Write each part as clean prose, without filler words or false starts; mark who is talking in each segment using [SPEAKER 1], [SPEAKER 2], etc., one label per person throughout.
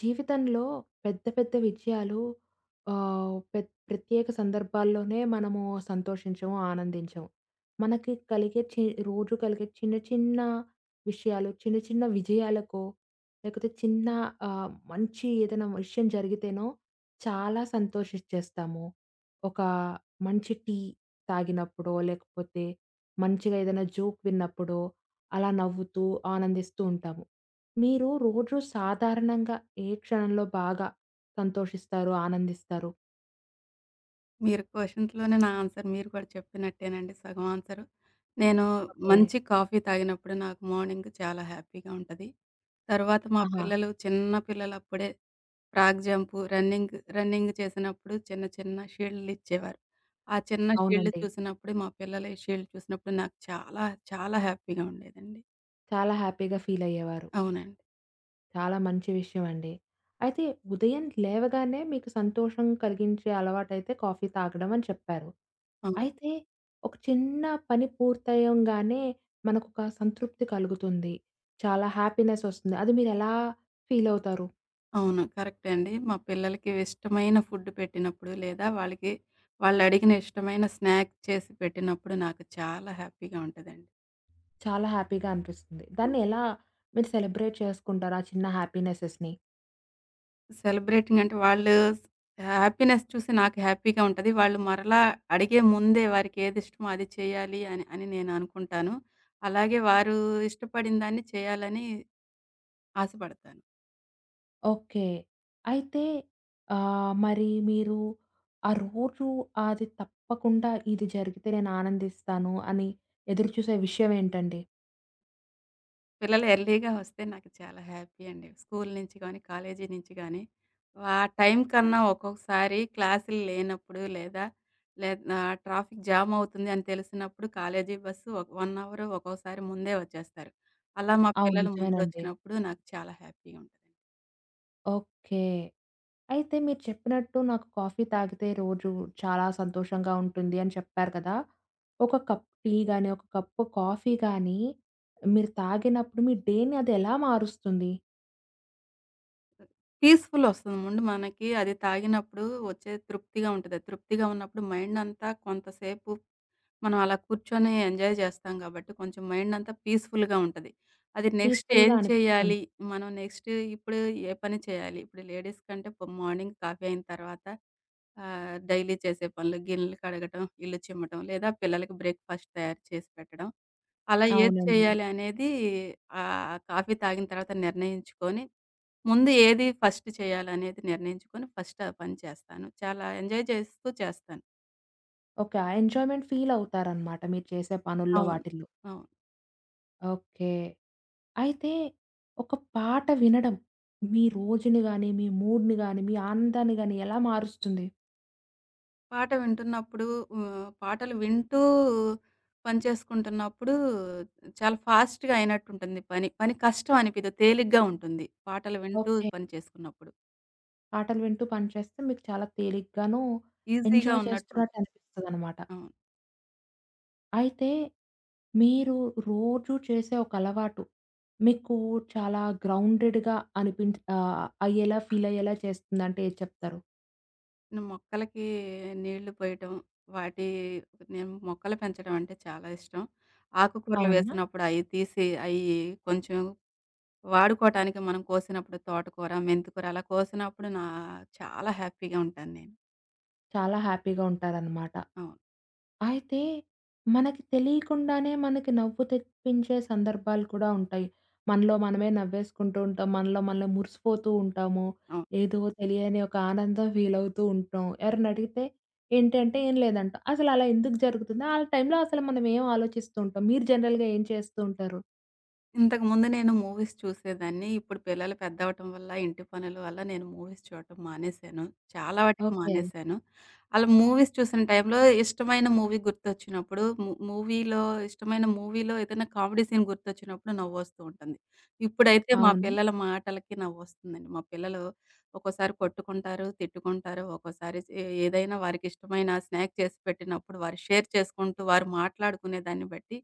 [SPEAKER 1] జీవితంలో పెద్ద పెద్ద విజయాలు ఆహ్, పె ప్రత్యేక సందర్భాల్లోనే మనము సంతోషించము, ఆనందించము. మనకి కలిగే చి రోజు కలిగే చిన్న చిన్న విషయాలు, చిన్న చిన్న విజయాలకో, లేకపోతే చిన్న మంచి ఏదైనా విషయం జరిగితేనో చాలా సంతోషిచ్చేస్తాము. ఒక మంచి టీ తాగినప్పుడో, లేకపోతే మంచిగా ఏదైనా జోక్ విన్నప్పుడో అలా నవ్వుతూ ఆనందిస్తూ ఉంటాము. మీరు రోజు సాధారణంగా ఏ క్షణంలో బాగా సంతోషిస్తారు, ఆనందిస్తారు?
[SPEAKER 2] మీరు క్వషన్స్‌లోనే నా ఆన్సర్ మీరు కూడా చెప్పినట్టేనండి సగం ఆన్సరు. నేను
[SPEAKER 1] ఓకే.
[SPEAKER 2] మంచి కాఫీ తాగినప్పుడు నాకు మార్నింగ్ చాలా హ్యాపీగా ఉంటది. తర్వాత మా
[SPEAKER 1] ఆహా!
[SPEAKER 2] పిల్లలు చిన్న పిల్లలప్పుడే ఫ్రాగ్ జంపు, రన్నింగ్ రన్నింగ్ చేసినప్పుడు చిన్న చిన్న షీల్డ్‌లిచ్చేవారు. ఆ చిన్న షీల్డ్
[SPEAKER 1] అవునండి.
[SPEAKER 2] చూసినప్పుడు మా పిల్లలు ఈ షీల్డ్ చూసినప్పుడు నాకు చాలా చాలా హ్యాపీగా ఉండేదండి.
[SPEAKER 1] చాలా హ్యాపీగా ఫీల్ అయ్యేవారు.
[SPEAKER 2] అవునండి.
[SPEAKER 1] చాలా మంచి విషయం అండి. అయితే ఉదయం లేవగానే మీకు సంతోషం కలిగించే అలవాటైతే కాఫీ తాగడం అని చెప్పారు.
[SPEAKER 2] అవును.
[SPEAKER 1] అయితే ఒక చిన్న పని పూర్తయ్యంగానే మనకొక సంతృప్తి కలుగుతుంది. చాలా హ్యాపీనెస్ వస్తుంది. అది మీరెలా ఫీల్ అవుతారు?
[SPEAKER 2] అవును, కరెక్టే అండి. మా పిల్లలకి ఇష్టమైన ఫుడ్ పెట్టినప్పుడు, లేదా వాళ్ళకి వాళ్ళడిగిన ఇష్టమైన స్నాక్ చేసి పెట్టినప్పుడు నాకు చాలా హ్యాపీగా ఉంటదండి.
[SPEAKER 1] చాలా హ్యాపీగా అనిపిస్తుంది.
[SPEAKER 2] హ్మ్.
[SPEAKER 1] దాన్ని ఎలా మీరు సెలబ్రేట్ చేసుకుంటారు ఆ చిన్న హ్యాపీనెసెస్‌ని?
[SPEAKER 2] సెలబ్రేటింగ్ అంటే వాళ్ళు హ్యాపీనెస్ చూసి నాకు హ్యాపీగా ఉంటది. వాళ్ళు మరలా అడిగే ముందే వారికి ఏదిష్టమో అది చేయాలి అని నేననుకుంటాను. అలాగే వారు ఇష్టపడిన దాన్ని చేయాలని ఆశపడతాను.
[SPEAKER 1] ఓకే. అయితే మరి మీరు ఆ రోజు అది తప్పకుండా ఇది జరిగితే నేను ఆనందిస్తాను అని ఎదురుచూసే విషయం ఏంటండి?
[SPEAKER 2] పిల్లలు ఎర్లీగా వస్తే నాకు చాలా హ్యాపీ అండి. స్కూలు నుంచి గానీ, కాలేజీ నుంచి గానీ, ఆ టైం కన్నా ఒక్కొక్కసారి క్లాసులు లేనప్పుడు లేదా లే ట్రాఫిక్ జామ్ అవుతుంది అని తెలిసినప్పుడు కాలేజీ బస్సు ఒక 1 అవర్ ఒక్కోసారి ముందే వచ్చేస్తారు. అలా మా
[SPEAKER 1] అవును.
[SPEAKER 2] పిల్లలు
[SPEAKER 1] నిజమేనండి.
[SPEAKER 2] ముందొచ్చినప్పుడు నాకు చాలా హ్యాపీగా ఉంటది.
[SPEAKER 1] ఓకే. అయితే మీరు చెప్పినట్టు నాకు కాఫీ తాగితే రోజు చాలా సంతోషంగా ఉంటుంది అని చెప్పారు కదా! ఒక కప్ టీ గాని, ఒక కప్పు కాఫీ గాని మీరు తాగినప్పుడు మీ డే‌ని అది ఎలా మారుస్తుంది?
[SPEAKER 2] పీస్‌ఫుల్ వస్తుంది. ముందు మనకి అది తాగినప్పుడు వచ్చే తృప్తిగా ఉంటది. తృప్తిగా ఉన్నప్పుడు మైండ్ అంతా కొంతసేపు మనం అలా కూర్చొని ఎంజాయ్ చేస్తాం కాబట్టి కొంచెం మైండ్ అంతా పీస్‌ఫుల్‌గా ఉంటది. అది నెక్స్ట్ ఏం
[SPEAKER 1] పీస్‌ఫుల్‌గా అనిపిస్తుంది.
[SPEAKER 2] చేయాలి? మనం నెక్స్ట్ ఇప్పుడు ఏ పని చేయాలి? ఇప్పుడు లేడీస్ కంటే పొ మార్నింగ్ కాఫీ అయిన తర్వాత డైలీ చేసే పనులు గిన్నెలు కడగటం, ఇల్లు చిమ్మటం లేదా పిల్లలకి బ్రేక్‌ఫాస్ట్ తయారు చేసి పెట్టడం. అలా ఏది
[SPEAKER 1] అవునండి.
[SPEAKER 2] చేయాలి అనేది కాఫీ తాగిన తర్వాత నిర్ణయించుకొని, ముందు ఏది ఫస్ట్ చేయాలనేది నిర్ణయించుకొని ఫస్ట్ ఆ పని చేస్తాను. చాలా ఎంజాయ్ చేస్తూ చేస్తాను.
[SPEAKER 1] ఓకే. ఆ ఎంజాయ్‌మెంట్ ఫీలవుతారనమాట మీరు చేసే పనుల్లో
[SPEAKER 2] అవును.
[SPEAKER 1] వాటిల్లో.
[SPEAKER 2] అవును.
[SPEAKER 1] ఓకే. అయితే ఒక పాట వినడం మీ రోజుని గాని, మీ మూడ్‌ని గాని, మీ ఆనందాన్ని గాని ఎలా మారుస్తుంది?
[SPEAKER 2] పాట వింటున్నప్పుడు పాటలు వింటూ పని చేసుకుంటున్నప్పుడు చాలా ఫాస్ట్‌గా అయినట్టుంటుంది పని. పని కష్టం అనిపియదు. తేలిగ్గా ఉంటుంది పాటలు వింటూ
[SPEAKER 1] ఓకే.
[SPEAKER 2] పని చేసుకున్నప్పుడు.
[SPEAKER 1] పాటలు వింటూ పని చేస్తే మీకు చాలా తేలిగ్గాను
[SPEAKER 2] ఈజీగా
[SPEAKER 1] ఎంజాయ్
[SPEAKER 2] ఉన్నట్టు ఉంటుంది.
[SPEAKER 1] చేస్తున్నట్టు అనిపిస్తదనమాట.
[SPEAKER 2] అవును.
[SPEAKER 1] అయితే మీరు రోజు చేసే ఒక అలవాటు మీకు చాలా గ్రౌండెడ్‌గా అయ్యేలా ఫీలయ్యేలా చేస్తుందంటే ఏది చెప్తారు?
[SPEAKER 2] నేను మొక్కలకి నీళ్లు పోయటం, వాటి నేను మొక్కలు పెంచడం అంటే చాలా ఇష్టం. ఆకుకూరలు
[SPEAKER 1] అవునా?
[SPEAKER 2] వేసినప్పుడు అయి తీసి అయి కొంచెం వాడుకోవటానికి మనం కోసినప్పుడు తోటకూర, మెంతికూర అలా కోసినప్పుడు నా చాలా హ్యాపీగా ఉంటాను నేను.
[SPEAKER 1] చాలా హ్యాపీగా ఉంటారనమాట.
[SPEAKER 2] అవును.
[SPEAKER 1] అయితే మనకి తెలియకుండానే మనకి నవ్వు తెప్పించే సందర్భాలు కూడా ఉంటాయి. మనలో మనమే నవ్వేసుకుంటూ ఉంటాం. మనలో మనలో మురిసిపోతూ ఉంటాము.
[SPEAKER 2] అవును.
[SPEAKER 1] ఏదో తెలియని ఒక ఆనందం ఫీలవుతూ ఉంటాం. ఎవరైనా అడిగితే ఏంటి అంటే ఏం లేదంటాం. అసలు అలా ఎందుకు జరుగుతుంది? ఆ టైంలో అసలు మనం ఏం ఆలోచిస్తూ ఉంటాం? మీరు జనరల్‌గా ఏం చేస్తూ ఉంటారు?
[SPEAKER 2] ఇంతకుముందు నేను మూవీస్ చూసేదాన్ని. ఇప్పుడు పిల్లలు పెద్దవ్వటం వల్ల, ఇంటి పనుల వల్ల నేను మూవీస్ చూడటం మానేశాను. చాలా వాటికి
[SPEAKER 1] ఓకే.
[SPEAKER 2] మానేశాను. అలా మూవీస్ చూసిన టైంలో ఇష్టమైన మూవీ గుర్తొచ్చినప్పుడు మూవీలో ఇష్టమైన మూవీలో ఏదైనా కామెడీ సీన్ గుర్తొచ్చినప్పుడు నవ్వొస్తూ ఉంటుంది. ఇప్పుడైతే మా
[SPEAKER 1] అవునా?
[SPEAKER 2] పిల్లల మాటలకి నవ్వొస్తుందండి. మా పిల్లలు ఒక్కోసారి కొట్టుకుంటారు, తిట్టుకుంటారు. ఒక్కోసారి ఏదైనా వారికిష్టమైన స్నాక్ చేసి పెట్టినప్పుడు వారు షేర్ చేసుకుంటూ, వారు మాట్లాడుకునే దాన్ని బట్టి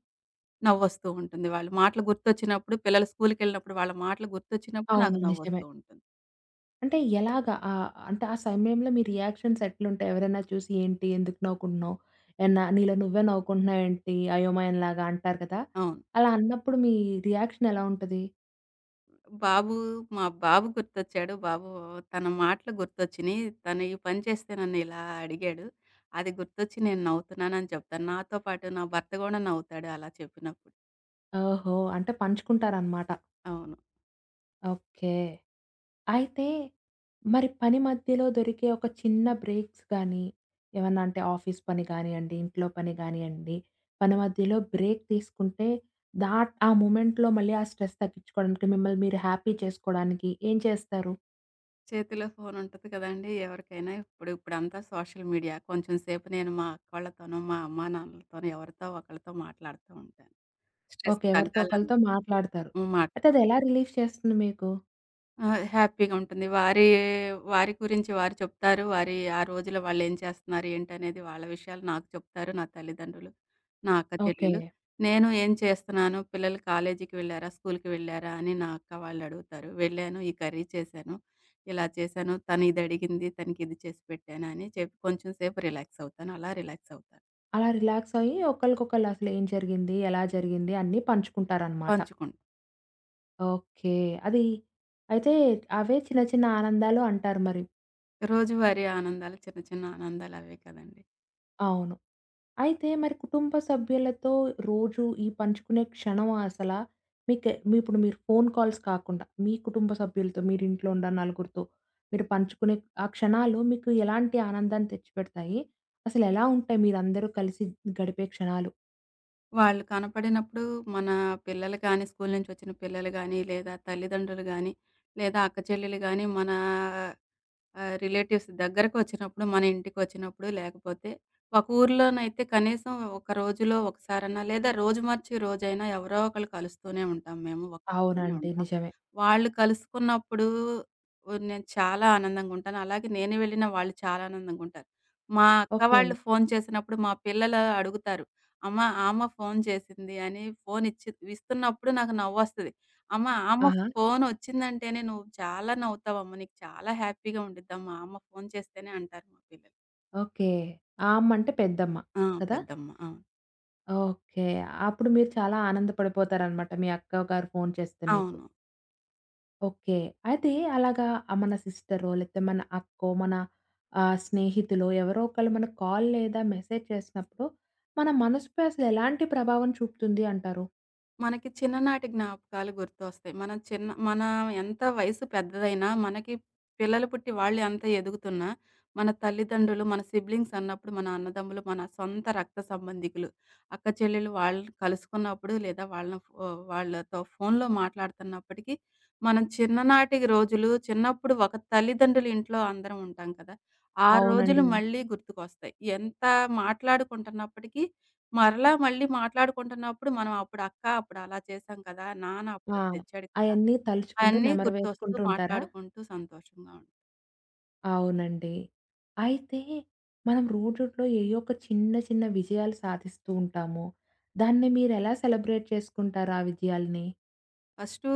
[SPEAKER 2] నవ్వొస్తూ ఉంటుంది. వాళ్ళ మాటలు గుర్తొచ్చినప్పుడు పిల్లలు స్కూలుకెళ్ళినప్పుడు వాళ్ళ మాటలు గుర్తొచ్చినప్పుడు
[SPEAKER 1] అవును.
[SPEAKER 2] నాకు
[SPEAKER 1] నిజమే.
[SPEAKER 2] నవ్వొస్తూ ఉంటుంది.
[SPEAKER 1] అంటే ఎలాగా? అంటే ఆ సమయంలో మీ రియాక్షన్స్ ఎట్లుంటాయి? ఎవరైనా చూసి ఏంటి ఎందుకు నవ్వుకుంటున్నావు? ఏమన్నా నీలో నువ్వే నవ్వుకుంటున్నావు ఏంటి? అయోమయంలాగా అంటారు కదా!
[SPEAKER 2] అవును.
[SPEAKER 1] అలా అన్నప్పుడు మీ రియాక్షన్ ఎలా ఉంటది?
[SPEAKER 2] బాబు మా బాబు గుర్తొచ్చాడు. బాబు తన మాటలు గుర్తొచ్చినియి. తను ఈ పని చేస్తే నన్ను ఇలా అడిగాడు. అది గుర్తొచ్చి నేను నవ్వుతున్నానని చెప్తాను. నాతో పాటు నా భర్త గూడా నవ్వుతాడు అలా చెప్పినప్పుడు.
[SPEAKER 1] ఓహో! అంటే పంచుకుంటారనమాట.
[SPEAKER 2] అవును.
[SPEAKER 1] ఓకే. అయితే, మరి పని మధ్యలో దొరికే ఒక చిన్న బ్రేక్స్ గానీ, ఏమన్నా అంటే ఆఫీస్ పని గానియ్యండి, ఇంట్లో పని గానియ్యండి, పని మధ్యలో బ్రేక్ తీసుకుంటే దాట్ ఆ మొమెంట్‌లో మళ్ళీ ఆ స్ట్రెస్ తగ్గించుకోవడానికి, మిమ్మల్ని మీరు హ్యాపీ చేసుకోవడానికి ఏం చేస్తారు?
[SPEAKER 2] చేతిలో ఫోనుంటది కదండీ ఎవరికైనా ఇప్పుడు. ఇప్పుడంతా సోషల్ మీడియా. కొంచెం సేపు నేను మా అక్కోళ్ళతోనో, మా అమ్మానాన్నలతోనో ఎవరితో ఒకళ్ళతో మాట్లాడుతూ ఉంటాను స్ట్రెస్
[SPEAKER 1] ఓకే. ఎవరితో
[SPEAKER 2] తగ్గాలన్నా.
[SPEAKER 1] ఒకళ్ళతో మాట్లాడతారు.
[SPEAKER 2] హ్మ్. మాట్లా
[SPEAKER 1] అయితే అది ఎలా రిలీఫ్ చేస్తుంది మీకు?
[SPEAKER 2] ఆ, హ్యాపీగా ఉంటుంది. వారి వారి గురించి వారు చెప్తారు. వారి ఆ రోజులో వాళ్ళేం చేస్తున్నారు, ఏంటనేది వాళ్ళ విషయాలు నాకు చెప్తారు. నా తల్లిదండ్రులు, నా అక్క
[SPEAKER 1] ఓకే.
[SPEAKER 2] చెల్లెలు. నేను ఏం చేస్తున్నాను, పిల్లలు కాలేజీకి వెళ్ళారా, స్కూలుకి వెళ్ళారా అని నా అక్క వాళ్ళడుగుతారు. వెళ్ళాను, ఈ కర్రీ చేశాను, ఇలా చేశాను, తను ఇది అడిగింది, తనకి ఇది చేసి పెట్టాను అని చెప్పి కొంచెం సేపు రిలాక్స్ అవుతాను. అలా రిలాక్స్ అవుతాను.
[SPEAKER 1] అలా రిలాక్స్ అయ్యి ఒకళ్ళకొకళ్ళు అసలు ఏం జరిగింది? ఎలా జరిగింది? అన్నీ పంచుకుంటారనమాట.
[SPEAKER 2] పంచుకుంటాం.
[SPEAKER 1] ఓకే. అది అయితే అవే చిన్న చిన్న ఆనందాలు అంటారు మరి.
[SPEAKER 2] రోజువారీ ఆనందాలు చిన్న చిన్న ఆనందాలు అవే కదండీ!
[SPEAKER 1] అవును. అయితే మరి కుటుంబ సభ్యులతో రోజు ఈ పంచుకునే క్షణం అసల మీకే మీ ఇప్పుడు మీరు ఫోను కాల్స్ కాకుండా, మీ కుటుంబ సభ్యులతో మీరింట్లో ఉన్న నలుగురితో మీరు పంచుకునే ఆ క్షణాలు మీకు ఎలాంటి ఆనందాన్ని తెచ్చిపెడతాయి? అసలెలా ఉంటాయి మీరందరూ కలిసి గడిపే క్షణాలు?
[SPEAKER 2] వాళ్ళు కనపడినప్పుడు మన పిల్లలు గానీ, స్కూలు నుంచొచ్చిన పిల్లలు గానీ, లేదా తల్లిదండ్రులు గానీ, లేదా అక్క చెల్లెలు గానీ, మన రిలేటివ్స్ దగ్గరకొచ్చినప్పుడు, మన ఇంటికొచ్చినప్పుడు, లేకపోతే ఒక ఊర్లోనైతే కనీసం ఒక రోజులో ఒకసారన్నా, లేదా రోజు మార్చి రోజైనా ఎవరో ఒకళ్ళు కలుస్తూనే ఉంటాం మేము. ఒక ఊర్లోనే
[SPEAKER 1] అవునండి.
[SPEAKER 2] ఉంటాం.
[SPEAKER 1] నిజమే.
[SPEAKER 2] వాళ్ళు కలుసుకున్నప్పుడు ఓహ్, నేను చాలా ఆనందంగుంటాను. అలాగే నేను వెళ్ళిన వాళ్ళు చాలా ఆనందంగుంటారు. మా అక్క
[SPEAKER 1] ఓకే.
[SPEAKER 2] వాళ్ళు ఫోను చేసినప్పుడు మా పిల్లలు అడుగుతారు. అమ్మ ఫోను చేసింది అని ఫోనిచ్చి ఇస్తున్నప్పుడు నాకు నవ్వొస్తది. అమ్మ ఆమ
[SPEAKER 1] ఆహా!
[SPEAKER 2] ఫోనొచ్చిందంటేనే నువ్వు చాలా నవ్వుతావమ్మ. నీకు చాలా హ్యాపీగా ఉండిద్దమ్మా. అమ్మ ఫోను చేస్తేనే అంటారు మా పిల్లలు.
[SPEAKER 1] ఓకే. ఆ అమ్మంటే పెద్దమ్మ
[SPEAKER 2] ఆ,
[SPEAKER 1] కదా!
[SPEAKER 2] పెద్దమ్మ. అవును.
[SPEAKER 1] ఓకే. అప్పుడు మీరు చాలా ఆనందపడిపోతారనమాట మీ అక్కగారు ఫోను చేస్తే మీకు.
[SPEAKER 2] అవును.
[SPEAKER 1] ఓకే. అయితే అలాగా మన సిస్టరో, లేతే మన అక్కో, మన స్నేహితులో ఎవరో ఒకళ్ళు మనకు కాల్ లేదా మెసేజ్ చేసినప్పుడు, మన మనసుపై అసలు ఎలాంటి ప్రభావం చూపుతుంది అంటారు?
[SPEAKER 2] మనకి చిన్ననాటి జ్ఞాపకాలు గుర్తొస్తాయి. మనం చిన్న మన ఎంత వయసు పెద్దదైనా, మనకి పిల్లలు పుట్టి వాళ్ళే అంత ఎదుగుతున్నా, మన తల్లిదండ్రులు, మన సిబ్లింగ్స్ అన్నప్పుడు, మన అన్నదమ్ములు, మన సొంత రక్త సంబంధికులు, అక్క చెల్లెలు వాళ్ళని కలుసుకున్నప్పుడు, లేదా వాళ్ళని వాళ్ళతో ఫోన్‌లో మాట్లాడుతున్నప్పటికీ, మనం చిన్ననాటి రోజులు, చిన్నప్పుడు ఒక తల్లిదండ్రుల ఇంట్లో అందరం ఉంటాం కదా! ఆ రోజులు
[SPEAKER 1] అవునండి.
[SPEAKER 2] మళ్ళీ గుర్తుకొస్తాయి. ఎంత మాట్లాడుకుంటున్నప్పటికీ మరలా మళ్ళీ మాట్లాడుకుంటున్నప్పుడు మనం అప్పుడు అక్క అప్పుడు అలా చేశాం కదా! నాన్న అప్పుడు
[SPEAKER 1] ఆ!
[SPEAKER 2] అది తెచ్చాడు కదా!
[SPEAKER 1] అయన్నీ తలుచుకుంటూ
[SPEAKER 2] అయన్నీ
[SPEAKER 1] నెమరు
[SPEAKER 2] గుర్తొస్తూ
[SPEAKER 1] వేసుకుంటూ ఉంటారా?
[SPEAKER 2] మాట్లాడుకుంటూ సంతోషంగా ఉంటాం.
[SPEAKER 1] అవునండి. అయితే మనం రోజుట్లో ఏయో ఒక చిన్న, చిన్న విజయాలు సాధిస్తూ ఉంటాము. దాన్ని మీరెలా సెలబ్రేట్ చేసుకుంటారు ఆ విజయాల్ని?
[SPEAKER 2] ఫస్టు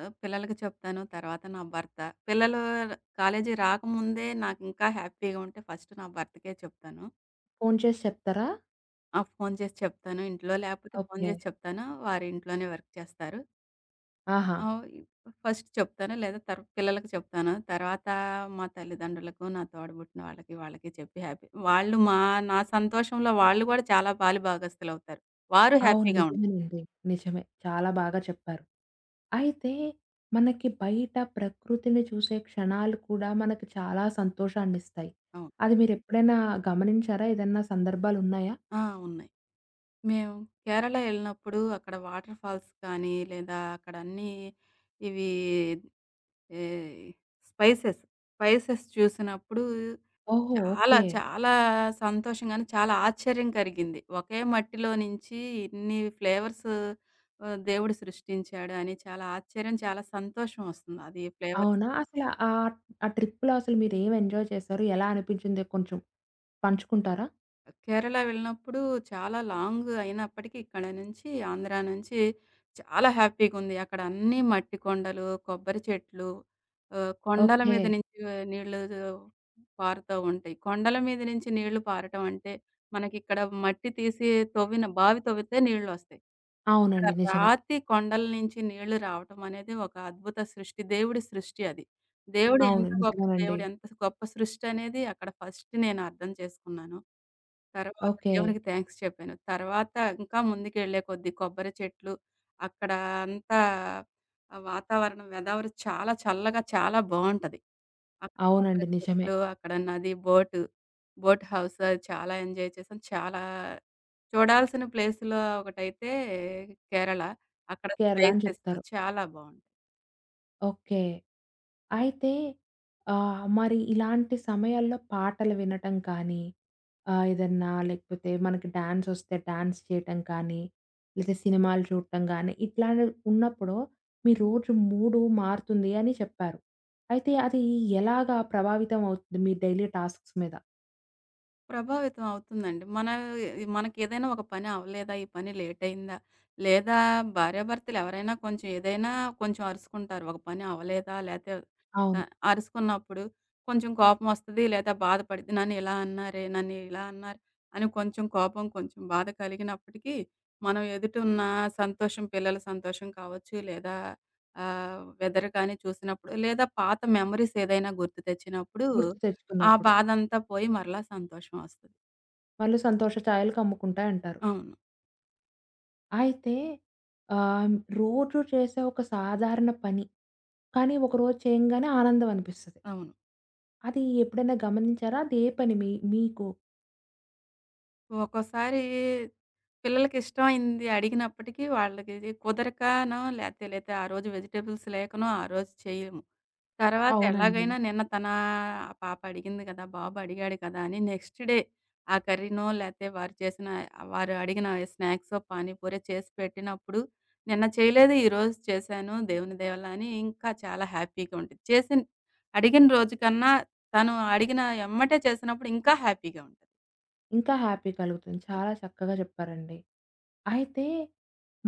[SPEAKER 2] పిల్లలకి చెప్తాను. తర్వాత నా భర్త. పిల్లలు కాలేజీ రాకముందే నాకింకా హ్యాపీగా ఉంటే ఫస్ట్ నా భర్తకే చెప్తాను.
[SPEAKER 1] ఫోను చేసి చెప్తారా?
[SPEAKER 2] ఆ, ఫోను చేసి చెప్తాను. ఇంట్లో లేకపోతే ఫోను
[SPEAKER 1] ఓకే.
[SPEAKER 2] చేసి చెప్తాను. వారు ఇంట్లోనే వర్క్ చేస్తారు.
[SPEAKER 1] ఆహా!
[SPEAKER 2] ఆహ్, ఫస్ట్ చెప్తాను. లేదా పిల్లలకి చెప్తాను. తర్వాత మా తల్లిదండ్రులకు, నా తోడబుట్టిన వాళ్ళకి, వాళ్ళకి చెప్పి హ్యాపీ వాళ్ళు మా నా సంతోషంలో వాళ్ళు గూడా చాలా పాలి భాగస్తులవుతారు. వారు
[SPEAKER 1] అవును.
[SPEAKER 2] హ్యాపీగా ఉంటారు.
[SPEAKER 1] నిజమేనండి. నిజమే. చాలా బాగా చెప్పారు. అయితే మనకి బయట ప్రకృతిని చూసే క్షణాలు కూడా మనకు చాలా సంతోషాన్నిస్తాయి.
[SPEAKER 2] అవును.
[SPEAKER 1] అది మీరెప్పుడైనా గమనించారా? ఏదన్నా సందర్భాలున్నాయా?
[SPEAKER 2] ఆ, ఉన్నాయి. మేము కేరళ ఎళ్ళినప్పుడు అక్కడ వాటర్ ఫాల్స్ కానీ, లేదా అక్కడ అన్నీ ఇవి ఏ స్పైసెస్, స్పైసెస్ చూసినప్పుడు
[SPEAKER 1] ఓహో!
[SPEAKER 2] చాలా,
[SPEAKER 1] ఓకే.
[SPEAKER 2] చాలా సంతోషంగాను, చాలా ఆశ్చర్యం కలిగింది. ఒకే మట్టిలో నుంచి ఇన్ని ఫ్లేవర్స్ దేవుడు సృష్టించాడు అని చాలా ఆశ్చర్యం, చాలా సంతోషం ఒస్తుంది అది ఫ్లేవర్స్
[SPEAKER 1] అవునా?
[SPEAKER 2] చూసి.
[SPEAKER 1] అసలు ఆ ట్రిప్‌లో అసలు మీరేం ఎంజాయ్ చేశారు? ఎలా అనిపించింది కొంచెం పంచుకుంటారా?
[SPEAKER 2] కేరళ వెళ్ళినప్పుడు చాలా లాంగ్ అయినప్పటికీ ఇక్కడ నుంచి ఆంధ్ర నుంచి చాలా హ్యాపీగుంది. అక్కడ అన్నీ మట్టి కొండలు, కొబ్బరి చెట్లు, కొండల
[SPEAKER 1] ఓకే.
[SPEAKER 2] మీద నుంచి నీళ్ళు పారుతా ఉంటాయి. కొండల మీద నుంచి నీళ్లు పారటం అంటే మనకిక్కడ మట్టి తీసి తవ్విన బావి తవ్వితే నీళ్లొస్తాయి. ఇక్కడ
[SPEAKER 1] అవునండి. నిజమే.
[SPEAKER 2] రాతి కొండల నుంచి నీళ్లు రావటం అనేది ఒక అద్భుత సృష్టి. దేవుడి సృష్టి అది. దేవుడు
[SPEAKER 1] అవును.
[SPEAKER 2] ఎంత గొప్ప
[SPEAKER 1] నిజమేనండి.
[SPEAKER 2] దేవుడు, ఎంత గొప్ప సృష్టనేది అక్కడ ఫస్ట్ నేను అర్థం చేసుకున్నాను. తర్వాత
[SPEAKER 1] ఓకే.
[SPEAKER 2] దేవునికి థాంక్స్ చెప్పాను. తర్వాత ఇంకా ముందుకెళ్ళే కొద్దీ కొబ్బరి చెట్లు, అక్కడ అంతా వాతావరణం వెదర్ చాలా చల్లగా చాలా బావుంటది. అక్కడ
[SPEAKER 1] అవునండి.
[SPEAKER 2] కొబ్బరి
[SPEAKER 1] నిజమే.
[SPEAKER 2] చెట్లు, అక్కడ నది, బోట్, బోట్ హౌస్ అది చాలా ఎంజాయ్ చేసాం. చాలా చూడాల్సిన ప్లేస్‌లో ఒకటైతే కేరళ. అక్కడ
[SPEAKER 1] కేరళ అని
[SPEAKER 2] స్పైసెస్
[SPEAKER 1] చెప్తారు.
[SPEAKER 2] చాలా బావుంటాయి.
[SPEAKER 1] ఓకే. అయితే మరి ఇలాంటి సమయాల్లో పాటలు వినటం కానీ, ఏదన్నా లేకపోతే మనకి డాన్సొస్తే డాన్స్ చేయటం కానీ, లేదా సినిమాలు చూడటం గానీ, ఇట్లాంటివి ఉన్నప్పుడు మీ రోజు మూడు మారుతుంది అని చెప్పారు. అయితే అది ఎలాగా ప్రభావితం అవుతుంది మీ డైలీ టాస్క్స్ మీద?
[SPEAKER 2] ప్రభావితం అవుతుందండి. మన మనకేదైనా ఒక పని అవ్వలేదా? ఈ పని లేట్ అయిందా? లేదా భార్యాభర్తలు ఎవరైనా కొంచెం ఏదైనా కొంచెం అరుసుకుంటారు. ఒక పని అవ్వలేదా? లేతే
[SPEAKER 1] అవును.
[SPEAKER 2] అరుసుకున్నప్పుడు కొంచెం కోపం వస్తది. లేదా బాధపడిద్ది. నన్ను ఇలా అన్నారే! నన్ను ఇలా అన్నారు అని కొంచెం కోపం, కొంచెం బాధ కలిగినప్పటికీ మనం ఎదుట ఉన్న సంతోషం పిల్లల సంతోషం కావచ్చు. లేదా వెదర్ కానీ చూసినప్పుడు లేదా పాత మెమోరీస్ ఏదైనా గుర్తు తెచ్చినప్పుడు
[SPEAKER 1] గుర్తు
[SPEAKER 2] ఆ
[SPEAKER 1] తెచ్చుకున్నప్పుడు.
[SPEAKER 2] బాధంతా పోయి మరలా సంతోషం వస్తది.
[SPEAKER 1] వాళ్ళు సంతోష ఛాయలు కమ్ముకుంటాయంటారు.
[SPEAKER 2] అవును.
[SPEAKER 1] అయితే ఆహ్, రోజు చేసే ఒక సాధారణ పని కానీ ఒకరోజు చేయంగానే ఆనందం అనిపిస్తది.
[SPEAKER 2] అవును.
[SPEAKER 1] అది ఎప్పుడైనా గమనించారా? అది ఏ పని మీకు?
[SPEAKER 2] ఒక్కోసారి పిల్లలకి ఇష్టమైంది అడిగినప్పటికీ వాళ్ళకిది కుదరకనో లేతే లేతే ఆ రోజు వెజిటబుల్స్ లేకనో ఆ రోజు చేయము. తర్వాత
[SPEAKER 1] అవునండి.
[SPEAKER 2] ఎలాగైనా నిన్న తనా ఆ పాప అడిగింది కదా! బాబు అడిగాడు కదా! అని నెక్స్ట్ డే ఆ కర్రీనో లేతే వారు చేసిన వారు అడిగిన స్నాక్సో, పానీపూరో చేసి పెట్టినప్పుడు నిన్న చేయలేదు ఈరోజు చేశాను దేవుని దయ వల్ల అని ఇంకా చాలా హ్యాపీగా ఉంటది. అడిగిన రోజు కన్నా తను అడిగిన ఎమ్మటే చేసినప్పుడు ఇంకా హ్యాపీగా ఉంటది.
[SPEAKER 1] ఇంకా హ్యాపీ కలుగుతుంది. చాలా చక్కగా చెప్పారండి. అయితే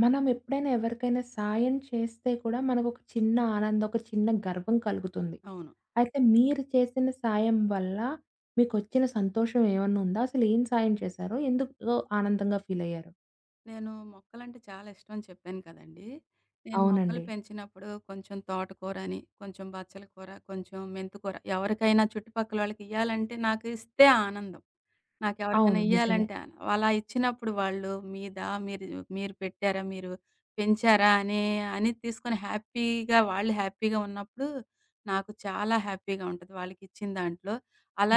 [SPEAKER 1] మనం ఎప్పుడైనా ఎవరికైనా సాయం చేస్తే కూడా మనకొక చిన్న ఆనందం, ఒక చిన్న గర్వం కలుగుతుంది.
[SPEAKER 2] అవును.
[SPEAKER 1] అయితే మీరు చేసిన సాయం వల్ల మీకొచ్చిన సంతోషం ఏమన్నా ఉందా? అసలు ఏం సాయం చేశారు? ఎందుకు ఆనందంగా ఫీల్ అయ్యారు?
[SPEAKER 2] నేను మొక్కలంటే చాలా ఇష్టం అని చెప్పాను కదండీ! నేను మొక్కలు
[SPEAKER 1] అవునండి.
[SPEAKER 2] పెంచినప్పుడు కొంచెం తోటకూరని, కొంచెం బచ్చల కూర, కొంచెం మెంతికూర ఎవరికైనా చుట్టుపక్కలోళ్ళకి ఇయ్యాలంటే నాకు ఇస్తే ఆనందం. నాకెవరికైనా
[SPEAKER 1] అవును. నిజమే.
[SPEAKER 2] ఇయ్యాలంటే అలా ఇచ్చినప్పుడు వాళ్ళు మీదా? మీరు మీరు పెట్టారా? మీరు పెంచారా? అనే అని తీసుకొని హ్యాపీగా వాళ్ళు హ్యాపీగా ఉన్నప్పుడు నాకు చాలా హ్యాపీగా ఉంటది వాళ్ళకిచ్చిన దాంట్లో.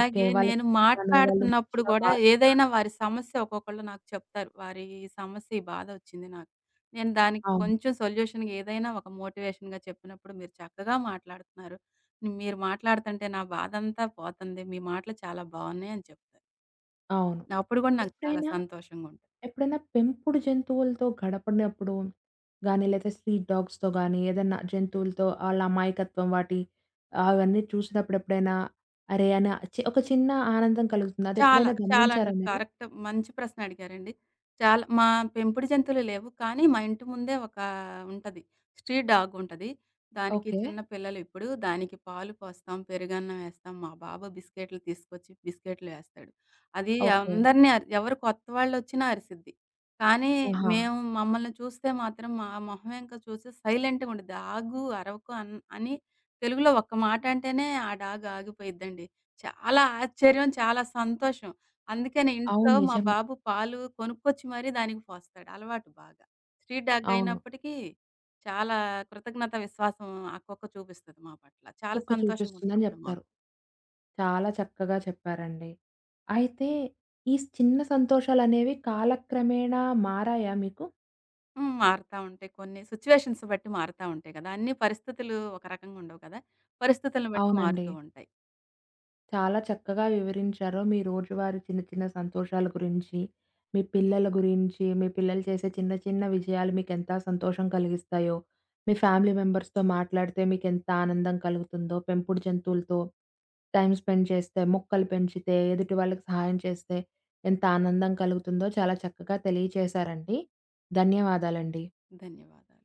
[SPEAKER 1] ఓకే.
[SPEAKER 2] నేను
[SPEAKER 1] వాళ్ళకిచ్చాను. వాళ్ళు
[SPEAKER 2] మాట్లాడుతున్నప్పుడు
[SPEAKER 1] మంచిగా
[SPEAKER 2] గూడా
[SPEAKER 1] వాడు
[SPEAKER 2] ఏదైనా వారి సమస్య ఒక్కొక్కళ్ళు నాకు చెప్తారు. వారి ఈ సమస్య, ఈ బాధొచ్చింది నాకు. నేను దానికి
[SPEAKER 1] అవును.
[SPEAKER 2] కొంచెం సొల్యూషన్‌గా ఏదైనా ఒక మోటివేషన్‌గా చెప్పినప్పుడు మీరు చక్కగా మాట్లాడుతున్నారు. మీరు మాట్లాడుతుంటే నా బాధంతా పోతుంది. మీ మాటలు చాలా బావున్నాయి అని చెప్తారు.
[SPEAKER 1] అవును.
[SPEAKER 2] అప్పుడు గూడా నాకు చాలా
[SPEAKER 1] ఎప్పుడైనా
[SPEAKER 2] సంతోషంగుంటది.
[SPEAKER 1] ఎప్పుడైనా పెంపుడు జంతువులతో గడపడినప్పుడు గానీ, లేతే స్ట్రీట్ డాగ్స్‌తో గానీ, ఏదన్నా జంతువులతో ఆళ్ళ అమాయకత్వం వాటి అవన్నీ చూసినప్పుడు ఎప్పుడైనా, అరే! అని చి ఒక చిన్న ఆనందం కలుగుతుంది.
[SPEAKER 2] చాలా,
[SPEAKER 1] అదెప్పుడైనా
[SPEAKER 2] చాలా అండి.
[SPEAKER 1] గమనించారా మీరు?
[SPEAKER 2] కరెక్ట్ మంచి ప్రశ్న అడిగారండి. చాలా మా పెంపుడు జంతువులు లేవు. కానీ మా ఇంటి ముందే ఒక ఉంటది. స్ట్రీట్ డాగ్ ఉంటది. దానికి
[SPEAKER 1] ఓకే.
[SPEAKER 2] చిన్న పిల్లలు ఇప్పుడు. దానికి పాలు పోస్తాం, పెరుగన్నం ఏస్తాం. మా బాబు బిస్కెట్లు తీసుకొచ్చి బిస్కెట్లు ఏస్తాడు. అది
[SPEAKER 1] ఓకే.
[SPEAKER 2] అందరిని ఎవరు కొత్త వాళ్ళొచ్చినా అరిసిద్ది. కానీ
[SPEAKER 1] ఆహా!
[SPEAKER 2] మేము మమ్మల్ని చూస్తే మాత్రం మా మొహం వెంక చూసి సైలెంట్‌గుండిద్ది. ఆగు, అరవకు అని తెలుగులో ఒక్క మాట అంటేనే ఆ డాగ్ ఆగిపోయిద్దండి. చాలా ఆశ్చర్యం, చాలా సంతోషం. అందుకనే
[SPEAKER 1] అవును.
[SPEAKER 2] ఇంట్లో మా
[SPEAKER 1] నిజమే.
[SPEAKER 2] బాబు పాలు కొనుక్కొచ్చి మరీ దానికి పోస్తాడు అలవాటు బాగా. స్ట్రీట్ డాగ్
[SPEAKER 1] అవును.
[SPEAKER 2] అయినప్పటికీ చాలా కృతజ్ఞత విశ్వాసం ఆ కుక్క చూపిస్తది మా పట్ల. చాలా
[SPEAKER 1] కుక్క
[SPEAKER 2] సంతోషంగా
[SPEAKER 1] చూపిస్తుందని
[SPEAKER 2] ఉంటదప్పుడు
[SPEAKER 1] జెప్తారు.
[SPEAKER 2] మాకు.
[SPEAKER 1] చాలా చక్కగా చెప్పారండి. అయితే ఈ చిన్న సంతోషాలనేవి కాలక్రమేణా మారాయా మీకు?
[SPEAKER 2] హ్మ్. మారుతా ఉంటాయి. కొన్ని సిట్యుయేషన్స్ బట్టి మారుతా ఉంటాయి కదా! అన్ని పరిస్థితులు ఒక రకంగా ఉండవు కదా! పరిస్థితులను బట్టి
[SPEAKER 1] అవునండి.
[SPEAKER 2] మారుతూ ఉంటాయి.
[SPEAKER 1] చాలా చక్కగా వివరించారు. మీ రోజువారీ చిన్న చిన్న సంతోషాల గురించి, మీ పిల్లల గురించి, మీ పిల్లలు చేసే చిన్న చిన్న విజయాలు మీకెంత సంతోషం కలిగిస్తాయో, మీ ఫ్యామిలీ మెంబర్స్‌తో మాట్లాడితే మీకెంత ఆనందం కలుగుతుందో, పెంపుడు జంతువులతో టైమ్ స్పెండ్ చేస్తే, మొక్కలు పెంచితే, ఎదుటి వాళ్ళకి సహాయం చేస్తే ఎంత ఆనందం కలుగుతుందో చాలా చక్కగా తెలియచేశారండి. ధన్యవాదాలండి.
[SPEAKER 2] ధన్యవాదాలు.